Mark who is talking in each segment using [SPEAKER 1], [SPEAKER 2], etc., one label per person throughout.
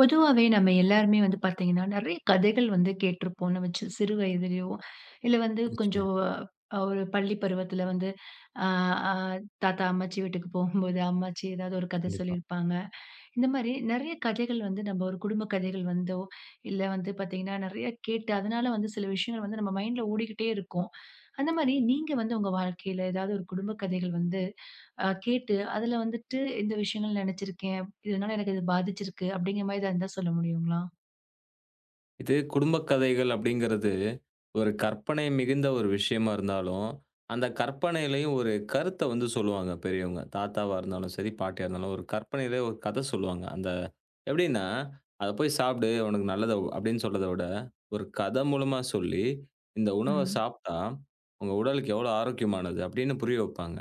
[SPEAKER 1] பொதுவாவே நம்ம எல்லாருமே வந்து பார்த்தீங்கன்னா, நெறைய கதைகள் வந்து கேட்டிருப்போம். நம்ம சிறு வயதிலயோ, இல்ல வந்து
[SPEAKER 2] நிச்சயமா.
[SPEAKER 1] கொஞ்சம் ஒரு பள்ளி பருவத்தில வந்து, அ, அ தாத்தா, அம்மாச்சி வீட்டுக்கு போகும்போது, அம்மாச்சி ஏதாவது ஒரு கதை
[SPEAKER 2] கண்டிப்பா.
[SPEAKER 1] சொல்லியிருப்பாங்க. இந்த மாரி நெறைய கதைகள் வந்து நம்ம ஒரு குடும்ப கதைகள் வந்தோ, இல்ல வந்து பாத்தீங்கன்னா, நெறைய கேட்டு அதனால வந்து சில விஷயங்கள் வந்து நம்ம மைண்ட்ல ஓடிக்கிட்டே இருக்கும். அந்த மாரி நீங்க வந்து உங்க வாழ்க்கையில ஏதாவது ஒரு குடும்ப கதைகள் வந்து கேட்டு, அதுல வந்துட்டு இந்த விஷயங்கள் நெனச்சிருக்கேன். இதனால எனக்கு இது பாதிச்சிருக்கு அப்படிங்கிற மாரி எதா இருந்தா சொல்ல முடியுங்களா?
[SPEAKER 2] இது குடும்ப கதைகள் அப்படிங்கிறது, ஒரு கற்பனை மிகுந்த ஒரு விஷயமா இருந்தாலும், அந்த கற்பனையிலயும் ஒரு கருத்த வந்து சொல்லுவாங்க பெரியவங்க. தாத்தாவா இருந்தாலும் சரி, பாட்டியா இருந்தாலும் ஒரு கற்பனையிலே ஒரு கதை சொல்லுவாங்க. அந்த எப்படின்னா, "அத போய் சாப்பிடு, உனக்கு நல்லது" அப்படின்னு சொல்றத விட, ஒரு கதை மூலமா சொல்லி, "இந்த உணவ
[SPEAKER 1] ம்.
[SPEAKER 2] சாப்பிட்டா, உங்க உடலுக்கு எவ்வளோ ஆரோக்கியமானது" அப்படின்னு புரிய வைப்பாங்க.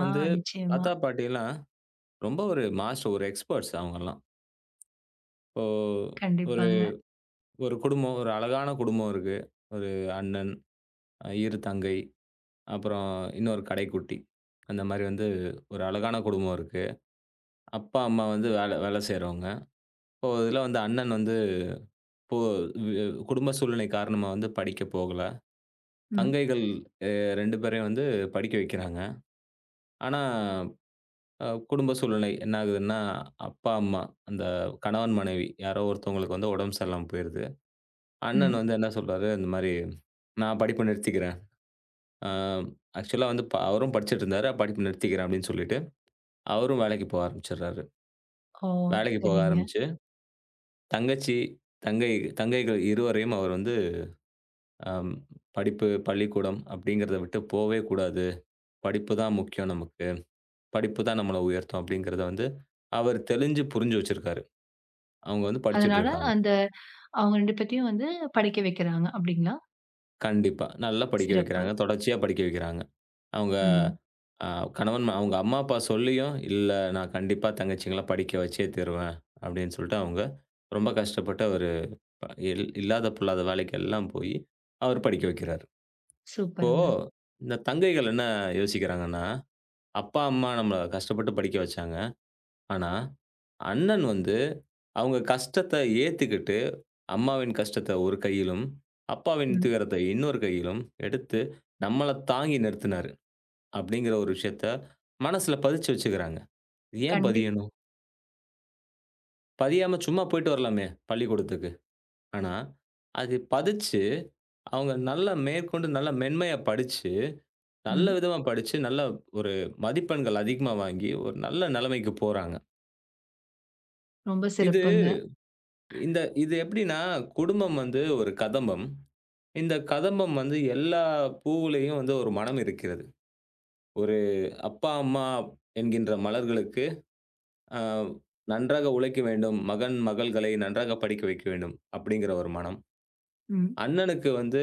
[SPEAKER 1] ஆ,
[SPEAKER 2] வந்து
[SPEAKER 1] நிச்சயமா.
[SPEAKER 2] தாத்தா, பாட்டிலாம் ரொம்ப ஒரு மாஸ்டர், ஒரு எக்ஸ்பர்ட்ஸ் அவங்கலாம். இப்போ
[SPEAKER 1] கண்டிப்பாங்க.
[SPEAKER 2] ஒரு குடும்பம், ஒரு அழகான குடும்பம் இருக்கு. ஒரு அண்ணன், 2 தங்கை, அப்புறம் இன்னொரு கடைக்குட்டி. அந்த மாரி வந்து ஒரு அழகான குடும்பம் இருக்கு. அப்பா, அம்மா வந்து வேல வேல செய்றவங்க. இப்போ இதில வந்து அண்ணன் வந்து இப்போ வி குடும்ப சூழ்நிலை காரணமா வந்து படிக்க போகல.
[SPEAKER 1] ம்,
[SPEAKER 2] தங்கைகள் 2 பேரையும் வந்து படிக்க வைக்கிறாங்க. ஆனா, குடும்ப சூழ்நிலை என்ன ஆகுதுன்னா, அப்பா, அம்மா அந்த கணவன், மனைவி யாரோ ஒருத்தவங்களுக்கு வந்து உடம்பு சரியில்லாம போயிருது.
[SPEAKER 1] ம்.
[SPEAKER 2] அண்ணன் வந்து என்ன சொல்றாரு, இந்த மாரி நான் படிப்ப நிறுத்திக்கிறேன். அ ஆக்சுவலா வந்து அவரும் படிச்சுட்டு இருந்தாரு. படிப்பு நிறுத்திக்கிறேன் அப்படின்னு சொல்லிட்டு, அவரும் வேலைக்கு போக ஆரம்பிச்சுடுறாரு.
[SPEAKER 1] ஓ!
[SPEAKER 2] வேலைக்கு போக
[SPEAKER 1] சரிங்க.
[SPEAKER 2] ஆரம்பிச்சு, தங்கச்சி, தங்கை தங்கைகள் இருவரையும் அவர் வந்து அம் படிப்பு, பள்ளிக்கூடம் அப்படிங்கிறத விட்டு போவே கூடாது. படிப்பு தான் முக்கியம் நமக்கு. படிப்பு தான் நம்மள உயர்த்தும் அப்படிங்கிறத வந்து அவர் தெளிஞ்சு புரிஞ்சு வச்சிருக்காரு. அவங்க வந்து படிச்சுட்டு
[SPEAKER 1] அதனால
[SPEAKER 2] இருக்காங்க.
[SPEAKER 1] அந்த அவங்க 2 பேத்தையும் வந்து படிக்க வைக்கிறாங்க அப்படிங்களா?
[SPEAKER 2] கண்டிப்பா. நல்லா படிக்க
[SPEAKER 1] சிறப்பு.
[SPEAKER 2] வைக்கிறாங்க. தொடர்ச்சியா படிக்க வைக்கிறாங்க. அவங்க
[SPEAKER 1] ம்.
[SPEAKER 2] ஆ அவங்க அம்மா, அப்பா சொல்லியும், "இல்ல நான் கண்டிப்பா தங்கச்சிங்கள படிக்க வச்சே தீருவேன்." அப்படின்னு சொல்லிட்டு அவங்க ரொம்ப கஷ்டப்பட்டு அவரு இல்லாத பொல்லாத வேலைக்கெல்லாம் போயி, அவரு படிக்க வைக்கிறாரு. இப்போ
[SPEAKER 1] சூப்பருங்க.
[SPEAKER 2] இந்த தங்கைகள் என்ன யோசிக்கிறாங்கன்னா, "அப்பா, அம்மா நம்மள கஷ்டப்பட்டு படிக்க வச்சாங்க. ஆனா அண்ணன் வந்து அவங்க கஷ்டத்த ஏத்துக்கிட்டு, அம்மாவின் கஷ்டத்த ஒரு கையிலும், அப்பாவின்
[SPEAKER 1] ம்.
[SPEAKER 2] துயரத்த இன்னொரு கையிலும் எடுத்து நம்மள தாங்கி நிறுத்தினாரு." அப்படிங்கிற ஒரு விஷயத்த மனசுல பதிச்சு வச்சுக்கிறாங்க. ஏன்
[SPEAKER 1] கண்டிப்.
[SPEAKER 2] பதியணும்? பதியாம சும்மா போயிட்டு வரலாமே பள்ளிக்கூடத்துக்கு. ஆனா, அது பதிச்சு, அவங்க நல்லா மேற்கொண்டு நல்லா மென்மையா படிச்சு, நல்ல
[SPEAKER 1] ம்.
[SPEAKER 2] விதமா படிச்சு, நல்ல ஒரு மதிப்பெண்கள் அதிகமா வாங்கி, ஒரு நல்ல நிலைமைக்கு போறாங்க.
[SPEAKER 1] ரொம்ப
[SPEAKER 2] இது
[SPEAKER 1] சிறப்புங்க.
[SPEAKER 2] இந்த இது எப்படின்னா, குடும்பம் வந்து ஒரு கதம்பம். இந்த கதம்பம் வந்து எல்லா பூவுலயும் வந்து ஒரு மனம் இருக்கிறது. ஒரு அப்பா, அம்மா என்கின்ற மலர்களுக்கு, அ "நன்றாக உழைக்க வேண்டும். மகன், மகள்களை நன்றாக படிக்க வைக்க வேண்டும்." அப்படிங்கிற ஒரு மனம்.
[SPEAKER 1] ம்,
[SPEAKER 2] அண்ணனுக்கு வந்து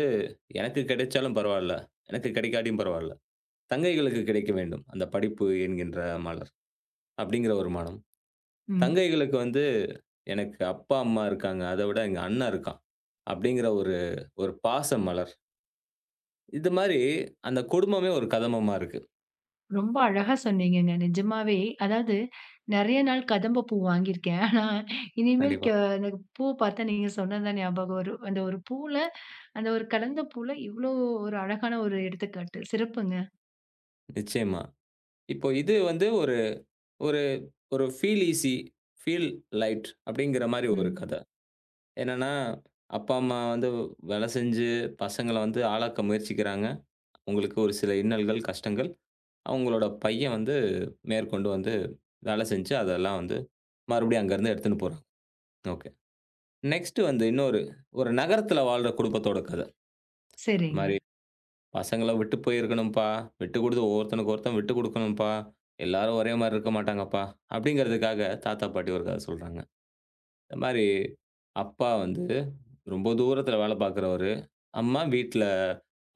[SPEAKER 2] எனக்கு கிடைச்சாலும் பரவால்ல. எனக்கு கிடைக்காட்டியும் பரவால்ல. தங்கைகளுக்கு கிடைக்க வேண்டும். அந்த படிப்பு என்கின்ற மலர். அப்படிங்கிற ஒரு மனம்.
[SPEAKER 1] ம்.
[SPEAKER 2] தங்கைகளுக்கு வந்து எனக்கு அப்பா, அம்மா இருக்காங்க. அத விட எங்க அண்ணன் இருக்கான். அப்படிங்கிற ஒரு ஒரு பாச மலர். இது மாரி அந்த குடும்பமே ஒரு கதம்பமா இருக்கு.
[SPEAKER 1] ரொம்ப அழகா சொன்னீங்கங்க. நிஜமாவே அதாவது நெறைய நாள் கதம்ப பூ வாங்கியிருக்கேன். ஆனா, இனிமேல்
[SPEAKER 2] கண்டிப்பா.
[SPEAKER 1] எனக்கு பூ பார்த்தா நீங்க சொன்னது தான் ஞாபகம் வரும். அந்த ஒரு பூல அந்த ஒரு கலந்த பூல இவ்ளோ ஒரு அழகான ஒரு எடுத்துக்காட்டு. சிறப்புங்க.
[SPEAKER 2] நிச்சயமா. இப்போ இது வந்து ஒரு ஒரு ஒரு ஃபீல் ஈஸி, ஃபீல் லைட் அப்படிங்கிற மாரி ஒரு
[SPEAKER 1] ம்.
[SPEAKER 2] கதை. என்னன்னா, அப்பா, அம்மா வந்து வேலை செஞ்சு பசங்கள வந்து ஆளாக்க முயற்சிக்கிறாங்க. உங்களுக்கு ஒரு சில இன்னல்கள், கஷ்டங்கள். அவங்களோட பையன் வந்து மேற்கொண்டு வந்து வேலை செஞ்சு, அதெல்லாம் வந்து மறுபடியும் அங்கருந்து எடுத்துன்னு போறாங்க. ஓகே. நெக்ஸ்ட் வந்து இன்னொரு ஒரு நகரத்தில வாழ்ற குடும்பத்தோட கத. இந்த
[SPEAKER 1] சரிங்க.
[SPEAKER 2] மாரி "பசங்கள விட்டு போயிருக்கணும்ப்பா. விட்டு குடுத்து ஒவ்வொருத்தனுக்கு ஒருத்தன் விட்டு குடுக்கணும்ப்பா. எல்லாரும் ஒரே மாரி இருக்க மாட்டாங்கப்பா." அப்படிங்கிறதுக்காக தாத்தா, பாட்டி ஒரு கத சொல்றாங்க. இந்த மாரி அப்பா வந்து ரொம்ப தூரத்தில வேல பார்க்குறவரு. அம்மா வீட்ல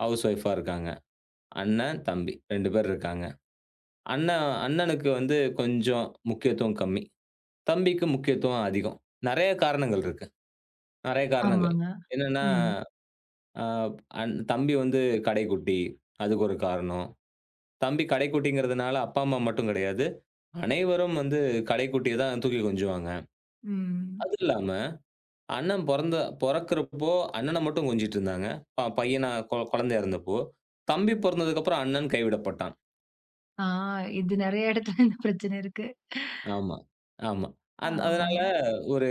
[SPEAKER 2] ஹவுஸ் ஒய்ஃபா இருக்காங்க. அண்ணன், தம்பி 2 பேர் இருக்காங்க. அண்ணனுக்கு வந்து கொஞ்சம் முக்கியத்துவம் கம்மி. தம்பிக்கு முக்கியத்துவம் அதிகம். நெறைய காரணங்கள் இருக்கு. நெறைய காரணங்கள்.
[SPEAKER 1] ஆமாங்க.
[SPEAKER 2] என்னன்னா,
[SPEAKER 1] ம்,
[SPEAKER 2] அ அண் தம்பி வந்து கடைக்குட்டி. அதுக்கு ஒரு காரணம். தம்பி கடைக்குட்டிங்கிறதுனால அப்பா, அம்மா மட்டும் கிடையாது. அனைவரும் வந்து கடைக்குட்டிய தான் தூக்கி கொஞ்சுவாங்க.
[SPEAKER 1] ம்.
[SPEAKER 2] அது இல்லாம அண்ணன் பொறக்கிறப்போ அண்ணன மட்டும் கொஞ்சிட்டு இருந்தாங்க. பையனா குழந்தையா இருந்தப்போ. தம்பி பொறந்ததுக்கப்புறம் அண்ணன் கைவிடப்பட்டான்.
[SPEAKER 1] ஆ, இது நெறைய இடத்துல இந்த பிரச்சனை இருக்கு.
[SPEAKER 2] ஆமா, ஆமா. அதனால
[SPEAKER 1] ஆமாங்க.
[SPEAKER 2] ஒரு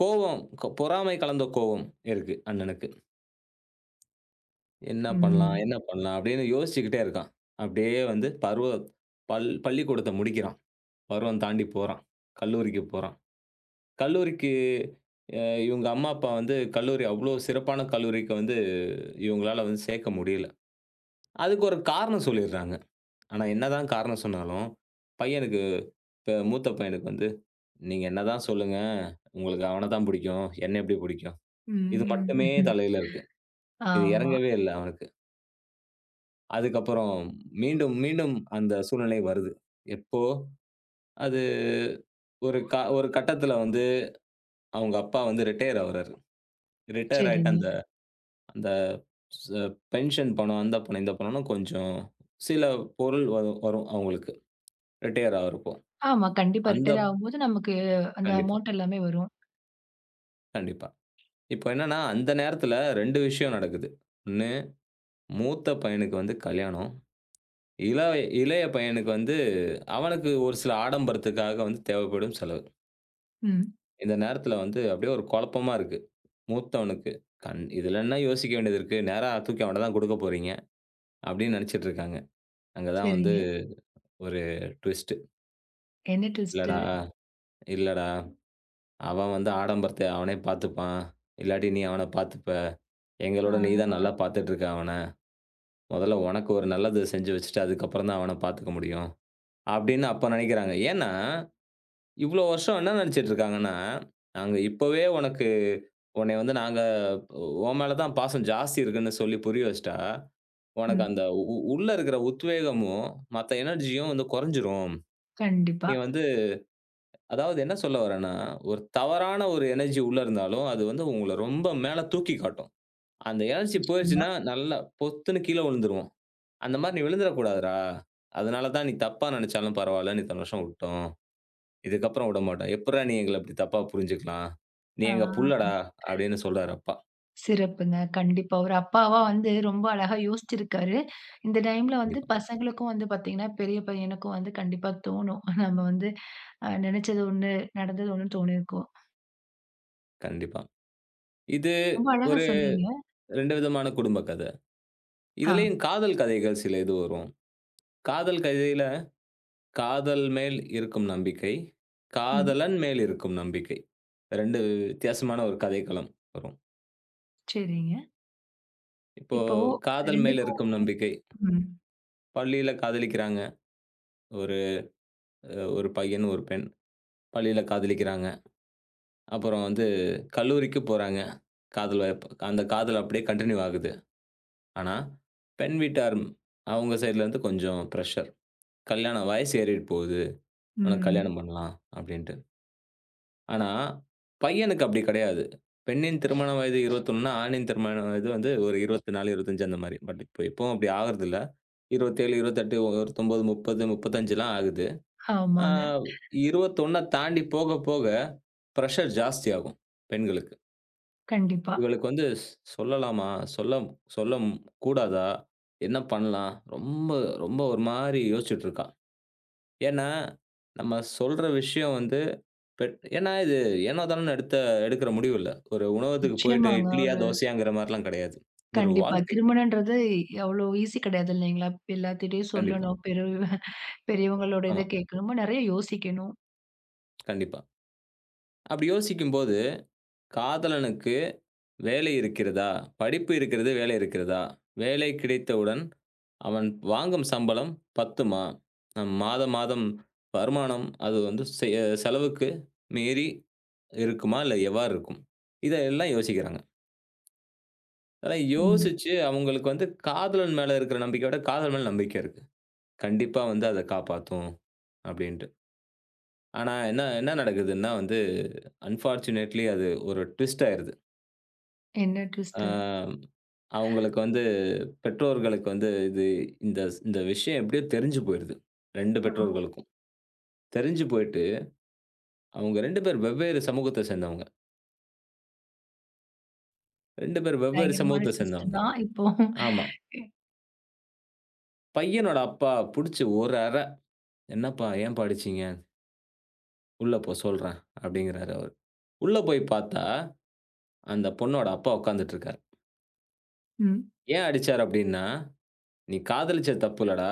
[SPEAKER 2] கோவம், பொறாமை கலந்த கோவம் இருக்கு அண்ணனுக்கு. என்ன பண்ணலாம்,
[SPEAKER 1] ம்,
[SPEAKER 2] என்ன பண்ணலாம் அப்படின்னு யோசிச்சுக்கிட்டே இருக்கான். அப்படியே வந்து பருவ பள் பள்ளிக்கூடத்த முடிக்கிறான். பருவம் தாண்டி போறான். கல்லூரிக்கு போறான். கல்லூரிக்கு இவங்க அம்மா, அப்பா வந்து கல்லூரி அவ்வளோ சிறப்பான கல்லூரிக்கு வந்து இவங்களால வந்து சேர்க்க முடியல. அதுக்கு ஒரு காரணம் சொல்லிடுறாங்க. ஆனா என்னதான் காரணம் சொன்னாலும், பையனுக்கு இப்ப மூத்த பையனுக்கு வந்து, "நீங்க என்னதான் சொல்லுங்க, உங்களுக்கு அவன தான் பிடிக்கும். என்னை எப்படி பிடிக்கும்?" இது மட்டுமே
[SPEAKER 1] ம்.
[SPEAKER 2] தலையில இருக்கு. இது
[SPEAKER 1] ஆமா.
[SPEAKER 2] இறங்கவே இல்ல அவனுக்கு. அதுக்கப்புறம் மீண்டும், மீண்டும் அந்த சூழ்நிலை வருது. எப்போ அது ஒரு கட்டத்தில வந்து அவங்க அப்பா வந்து ரிட்டயர் ஆவுறாரு. ரிட்டயர் ஆயிட்டு
[SPEAKER 1] சரிங்க.
[SPEAKER 2] அந்த அந்த ச பென்ஷன் பணம், அந்த பணம், இந்த பணம்னு கொஞ்சம் சில பொருள் வரும் வரும் அவங்களுக்கு. ரிட்டயர் ஆகுறப்போ.
[SPEAKER 1] ஆமா. கண்டிப்பா
[SPEAKER 2] அந்த
[SPEAKER 1] ரிட்டயர் ஆகும்போது நமக்கு அந்த
[SPEAKER 2] கண்டிப்பா,
[SPEAKER 1] அமௌண்ட் எல்லாமே வரும்.
[SPEAKER 2] கண்டிப்பா. இப்போ என்னன்னா, அந்த நேரத்தில 2 விஷயம் நடக்குது. 1 மூத்த பையனுக்கு வந்து கல்யாணம். இள இளைய பையனுக்கு வந்து அவனுக்கு ஒரு சில ஆடம்பரத்துக்காக வந்து தேவைப்படும் செலவு.
[SPEAKER 1] ம்.
[SPEAKER 2] இந்த நேரத்தில வந்து அப்படியே ஒரு குழப்பமா இருக்கு. மூத்தவனுக்கு. இதுல என்ன யோசிக்க வேண்டியது இருக்கு? நேரா தூக்கி அவன்ட்ட தான் குடுக்க போறீங்க. அப்படின்னு நெனச்சுட்டு இருக்காங்க. அங்க தான் வந்து
[SPEAKER 1] சரிங்க.
[SPEAKER 2] ஒரு ட்விஸ்ட்.
[SPEAKER 1] என்ன ட்விஸ்ட்டு?
[SPEAKER 2] இல்லடா, இல்லடா. அவன் வந்து ஆடம்பரத்த அவனே பாத்துப்பான். இல்லாட்டி நீ அவன பாத்துப்ப. எங்களோட நீ தான்
[SPEAKER 1] ஆ.
[SPEAKER 2] நல்லா பாத்துட்டு இருக்க அவன. மொதல்ல உனக்கு ஒரு நல்லது செஞ்சு வச்சுட்டு, அதுக்கப்புறம் தான் அவன பாத்துக்க முடியும். அப்படின்னு அப்ப நெனைக்கிறாங்க. ஏன்னா, இவ்ளோ வருஷம் என்ன நெனச்சுட்டு இருக்காங்கன்னா, நாங்க இப்பவே உனக்கு உன்னைய வந்து நாங்க உன் மேல தான் பாசம் ஜாஸ்தி இருக்குன்னு சொல்லி புரிய வச்சுட்டா, உனக்கு
[SPEAKER 1] ம்.
[SPEAKER 2] அந்த உள்ள இருக்கிற உத்வேகமும், மத்த எனர்ஜியும் வந்து குறைஞ்சிரும்.
[SPEAKER 1] கண்டிப்பா.
[SPEAKER 2] நீங்க வந்து அதாவது என்ன சொல்ல வரேன்னா, ஒரு தவறான ஒரு எனர்ஜி உள்ள இருந்தாலும், அது வந்து உங்கள ரொம்ப மேல தூக்கி காட்டும். அந்த எனர்ஜி
[SPEAKER 1] நிச்சயமா.
[SPEAKER 2] போயிருச்சுன்னா, நல்லா பொத்துன்னு கீழ விழுந்துருவோம். அந்த மாரி நீ விழுந்துறக்கூடாதுடா. அதனால தான் நீ தப்பா நெனச்சாலும் பரவால்ல. நீ இத்தன வருஷம் விட்டோம். இதுக்கப்புறம் விடமாட்டோம். எப்புட்றா நீ எங்கள இப்டி தப்பா புரிஞ்சுக்கலாம்? நீ
[SPEAKER 1] ஆ.
[SPEAKER 2] எங்க புள்ளடா அப்டின்னு சொல்றாரு அப்பா.
[SPEAKER 1] சிறப்புங்க. கண்டிப்பா. ஒரு அப்பாவா வந்து ரொம்ப அழகா யோசிச்சிருக்காரு. இந்த டைம்ல வந்து
[SPEAKER 2] கண்டிப்பா,
[SPEAKER 1] பசங்களுக்கும் வந்து பார்த்தீங்கன்னா, பெரிய பையனுக்கும் வந்து கண்டிப்பா தோணும். நம்ம வந்து நெனச்சது ஒண்ணு, நடந்தது ஒண்ணுன்னு தோணியிருக்கும்.
[SPEAKER 2] கண்டிப்பா. இது
[SPEAKER 1] ரொம்ப அழகா
[SPEAKER 2] ஒரு
[SPEAKER 1] சொன்னீங்க.
[SPEAKER 2] 2 விதமான குடும்ப கத.
[SPEAKER 1] ஆ.
[SPEAKER 2] இதுலயும் காதல் கதைகள் சில இது வரும். காதல் கதையில காதல் மேல் இருக்கும் நம்பிக்கை,
[SPEAKER 1] ம்.
[SPEAKER 2] காதலன் மேல் இருக்கும் நம்பிக்கை. 2 வித்தியாசமான ஒரு கதைக்களம் வரும்.
[SPEAKER 1] சரிங்க.
[SPEAKER 2] இப்போ
[SPEAKER 1] இப்போ
[SPEAKER 2] காதல்
[SPEAKER 1] 2க்கும்
[SPEAKER 2] மேல் இருக்கும் நம்பிக்கை.
[SPEAKER 1] ம்.
[SPEAKER 2] பள்ளியில காதலிக்கிறாங்க. ஒரு ஒரு பையன், ஒரு பெண். பள்ளியில காதலிக்கிறாங்க. அப்புறம் வந்து கல்லூரிக்கு போறாங்க. காதல் வயப் அந்த காதல் அப்படியே கன்டின்யூ ஆகுது. ஆனா, பெண் வீட்டார் அவங்க சைடுலருந்து கொஞ்சம் பிரஷர். கல்யாணம் வயசு ஏறிட்டு போகுது. உனக்கு
[SPEAKER 1] ம்.
[SPEAKER 2] கல்யாணம் பண்ணலாம் அப்படின்னு. ஆனா, பையனுக்கு அப்படி கிடையாது. பெண்ணின் திருமண வயது 21ன்னா, ஆணின் திருமண வயது வந்து ஒரு 24, 25 அந்த மாரி. பட் இப்ப இப்பவும் அப்படி ஆகுறதில்ல. 27, 28, 29, 30, 35லாம் ஆகுது. ஆ
[SPEAKER 1] ஆமாங்க.
[SPEAKER 2] 21 தாண்டி போக போக பிரஷர் ஜாஸ்தியாகும் பெண்களுக்கு.
[SPEAKER 1] கண்டிப்பா.
[SPEAKER 2] இவளுக்கு வந்து சொல்லலாமா? சொல்ல சொல்ல கூடாதா? என்ன பண்ணலாம்? ரொம்ப ரொம்ப ஒரு மாரி யோசிச்சுட்டு இருக்கா. ஏன்னா, நம்ம சொல்ற விஷயம் வந்து பட் ஏன்னா இது ஏனோ தானோன்னு எடுக்கிற முடிவு இல்ல. ஒரு உணவகத்துக்கு போயிட்டு
[SPEAKER 1] நிச்சயமாங்க.
[SPEAKER 2] இட்லியா,
[SPEAKER 1] ஒரு
[SPEAKER 2] தோசையாங்கிற மாரிலாம் கிடையாது. இது ஒரு
[SPEAKER 1] கண்டிப்பா.
[SPEAKER 2] வாழ்க்கை.
[SPEAKER 1] திருமணம்ன்றது அவ்ளோ ஈஸி கிடையாது இல்லைங்களா? எல்லாத்துட்டயும்
[SPEAKER 2] கண்டிப்பா.
[SPEAKER 1] சொல்லணும். பெரியவங்களோட
[SPEAKER 2] ஆமா.
[SPEAKER 1] இத கேட்கணுமா, நெறைய யோசிக்கணும்.
[SPEAKER 2] கண்டிப்பா. அப்படி யோசிக்கும்போது, காதலனுக்கு வேலை இருக்கிறதா? படிப்பு இருக்கிறது, வேலை இருக்கிறதா? வேலை கிடைத்தவுடன் அவன் வாங்கும் சம்பளம் பத்துமா? நம் மாதம், மாதம் வருமானம் அது வந்து செலவுக்கு மீறி இருக்குமா? இல்ல எவ்வாறு இருக்கும்? இத எல்லாம் யோசிக்கிறாங்க. அதெல்லாம்
[SPEAKER 1] ம்.
[SPEAKER 2] யோசிச்சு, அவங்களுக்கு வந்து காதலன் மேல இருக்கிற நம்பிக்கைய விட, காதல் மேல நம்பிக்கை இருக்கு. கண்டிப்பா வந்து அத காப்பாத்தும் அப்படின்ட்டு. ஆனா என்ன என்ன நடக்குதுன்னா வந்து, அன்பார்ச்சுனேட்லி அது ஒரு ட்விஸ்ட் ஆயிருது.
[SPEAKER 1] என்ன ட்விஸ்ட்டு?
[SPEAKER 2] ஆ அவங்களுக்கு வந்து பெற்றோர்களுக்கு வந்து இது இந்த இந்த விஷயம் எப்படியோ தெரிஞ்சு போயிருது. 2
[SPEAKER 1] ஆமா.
[SPEAKER 2] பெற்றோர்களுக்கும். தெரிஞ்சு போயிட்டு, அவங்க 2 பேர் வெவ்வேறு சமூகத்த சேர்ந்தவங்க. 2 பேர் வெவ்வேறு
[SPEAKER 1] பயங்கரமான
[SPEAKER 2] சமூகத்த
[SPEAKER 1] ட்விஸ்ட்டு
[SPEAKER 2] சேர்ந்தவங்க.
[SPEAKER 1] தான் இப்போ.
[SPEAKER 2] ஆமா. பையனோட அப்பா புடிச்சு ஒரு அற. "என்னப்பா ஏன்பா அடிச்சீங்க?" "உள்ள போ சொல்றேன்" அப்படிங்கிறாரு அவரு. உள்ள போய் பார்த்தா, அந்த பொண்ணோட அப்பா உட்கார்ந்துட்டு இருக்காரு.
[SPEAKER 1] ம்.
[SPEAKER 2] ஏன் அடிச்சாரு அப்படின்னா, "நீ காதலிச்சது தப்பு இல்லடா.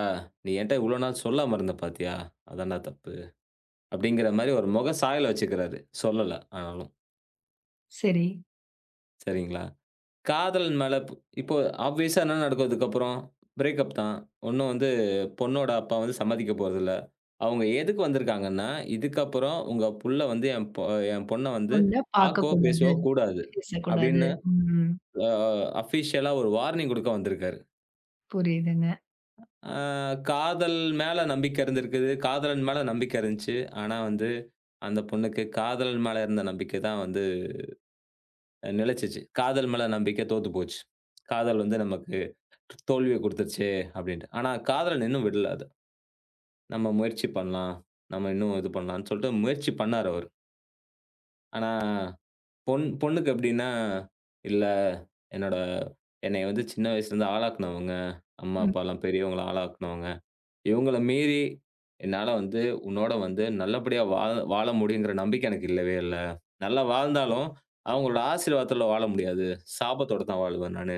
[SPEAKER 2] நீ என்ட்ட இவ்வளோ நாள் சொல்லாம இருந்த பார்த்தியா? அதான்டா தப்பு." அப்படிங்கிற மாரி ஒரு முக சாயல வச்சுக்கிறாரு. சொல்லல ஆனாலும்.
[SPEAKER 1] சரி.
[SPEAKER 2] சரிங்களா? காதலன் மேல இப்போ ஆப்வியஸா என்ன நடக்கும் இதுக்கப்புறம்? பிரேக்கப் தான். ஒண்ணும் வந்து பொண்ணோட அப்பா வந்து சம்மதிக்க போறதில்ல. அவங்க எதுக்கு வந்திருக்காங்கன்னா, இதுக்கப்புறம் உங்க புள்ள வந்து என் பொண்ண வந்து
[SPEAKER 1] பொண்ண
[SPEAKER 2] பார்க்கவோ,
[SPEAKER 1] பார்க்கக்கூடாது.
[SPEAKER 2] பேசவோ கூடாது.
[SPEAKER 1] பேசக்கூடாது.
[SPEAKER 2] அப்படின்னு
[SPEAKER 1] ம்.
[SPEAKER 2] அ அஃபிஷியலா ஒரு வார்னிங் குடுக்க வந்திருக்காரு.
[SPEAKER 1] புரியுதுங்க.
[SPEAKER 2] அ காதல் மேல நம்பிக்கை இருந்திருக்குது. காதலன் மேல நம்பிக்கை இருந்துச்சு. ஆனா வந்து அந்த பொண்ணுக்கு காதலன் மேல இருந்த நம்பிக்கை தான் வந்து நிலைச்சுச்சு. காதல் மேல நம்பிக்கை தோத்து போச்சு. காதல் வந்து நமக்கு தோல்விய குடுத்துருச்சே அப்டின்ட்டு. ஆனா காதலன் இன்னும் விடல அத. நம்ம முயற்சி பண்ணலாம். நம்ம இன்னும் இது பண்ணலாம்னு சொல்லிட்டு முயற்சி பண்ணாரு அவரு. ஆனா பொண்ணுக்கு எப்டின்னா, இல்ல என்னோட என்னைய வந்து சின்ன வயசுலேருந்து ஆளாக்குனவங்க. அம்மா,
[SPEAKER 1] ம்.
[SPEAKER 2] அப்பாலாம் பெரியவங்களா ஆளாக்குனவங்க. இவங்கள மீறி என்னால வந்து உன்னோட வந்து நல்லபடியா வாழ வாழ முடியுங்கிற நம்பிக்கை எனக்கு இல்லவே இல்ல. நல்லா வாழ்ந்தாலும், அவங்களோட ஆசீர்வாதத்துல வாழ முடியாது. சாபத்தோட தான் வாழ்வேன் நானு.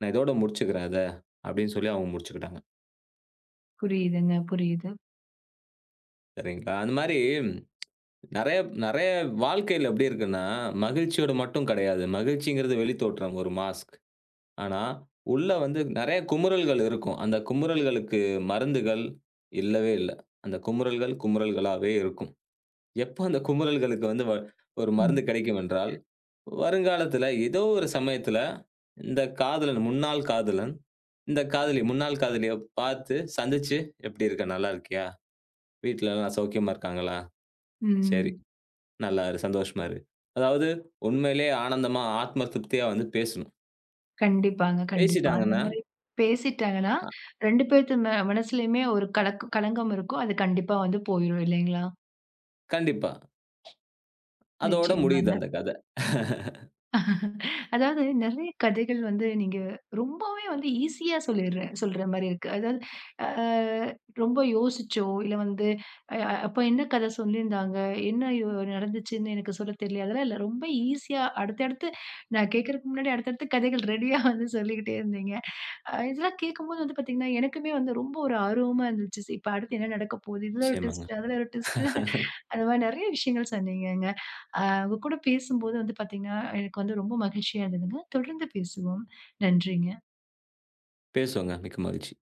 [SPEAKER 2] நான் இதோட முடிச்சுக்கிறேன் அத. அப்படின்னு சொல்லி அவங்க முடிச்சுக்கிட்டாங்க.
[SPEAKER 1] புரியுதுங்க. புரியுது.
[SPEAKER 2] சரிங்களா? அந்த மாரி நெறைய நெறைய வாழ்க்கையில எப்படி இருக்குன்னா, மகிழ்ச்சியோட மட்டும் கிடையாது. மகிழ்ச்சிங்கிறது வெளித்தோற்றம், ஒரு மாஸ்க். ஆனா, உள்ள வந்து நெறைய குமுறல்கள் இருக்கும். அந்த குமுறல்களுக்கு மருந்துகள் இல்லவே இல்ல. அந்த குமுறல்கள் குமுறல்களாவே இருக்கும். எப்ப அந்த குமுறல்களுக்கு வந்து ஒரு
[SPEAKER 1] ம்.
[SPEAKER 2] மருந்து கிடைக்கும் என்றால், வருங்காலத்தில ஏதோ ஒரு சமயத்தில இந்த காதலன், முன்னாள் காதலன், இந்த காதலி, முன்னாள் காதலிய பார்த்து சந்திச்சு, "எப்படி இருக்க? நல்லா இருக்கியா? வீட்ல எல்லாம் சௌக்கியமா இருக்காங்களா? சரி,
[SPEAKER 1] ம்.
[SPEAKER 2] நல்லா இரு. சந்தோஷமா இரு." அதாவது உண்மையிலேயே ஆனந்தமா, ஆத்ம திருப்தியா வந்து பேசணும்.
[SPEAKER 1] கண்டிப்பாங்க. கண்டிப்பா. அந்த
[SPEAKER 2] பேசிட்டாங்கன்னா
[SPEAKER 1] மாரி பேசிட்டாங்கன்னா,
[SPEAKER 2] அ
[SPEAKER 1] 2 பேத்து மனசுலயுமே ஒரு கலக்கு களங்கம் இருக்கும். அது கண்டிப்பா வந்து போயிரும் இல்லைங்களா?
[SPEAKER 2] கண்டிப்பா. அதோட
[SPEAKER 1] நிச்சயமா.
[SPEAKER 2] முடியுது அந்த கதை.
[SPEAKER 1] அதாவது நெறைய கதைகள் வந்து நீங்க ரொம்பவே வந்து ஈஸியா சொல்ற மாரி இருக்கு. அதாவது அ ரொம்ப யோசிச்சோ, இல்ல வந்து அ அப்ப என்ன கதை சொல்லியிருந்தாங்க? என்ன நடந்துச்சுன்னு எனக்கு சொல்ல தெரியல. அதெல்லாம் இல்ல. ரொம்ப ஈஸியா அடுத்தடுத்து நான் கேட்கறதுக்கு முன்னாடி அடுத்தடுத்து கதைகள் ரெடியா வந்து சொல்லிக்கிட்டே இருந்தீங்க. இதெல்லாம் கேட்கும்போது வந்து பார்த்தீங்கன்னா, எனக்குமே வந்து ரொம்ப ஒரு ஆர்வமா இருந்துச்சு. "சரி இப்ப அடுத்து என்ன நடக்க போகுது? இதுல ஒரு
[SPEAKER 2] நிச்சயமாங்க.
[SPEAKER 1] ட்விஸ்ட், அதுல ஒரு ட்விஸ்ட்டு." அந்த மாரி நெறைய விஷயங்கள் சொன்னீங்கங்க. உங்க கூட பேசும்போது வந்து பார்த்தீங்கன்னா, எனக்கு வந்து ரொம்ப மகிழ்ச்சியா இருந்ததுங்க. தொடர்ந்து பேசுவோம். நன்றிங்க.
[SPEAKER 2] பேசுவோங்க. மிக்க மகிழ்ச்சி.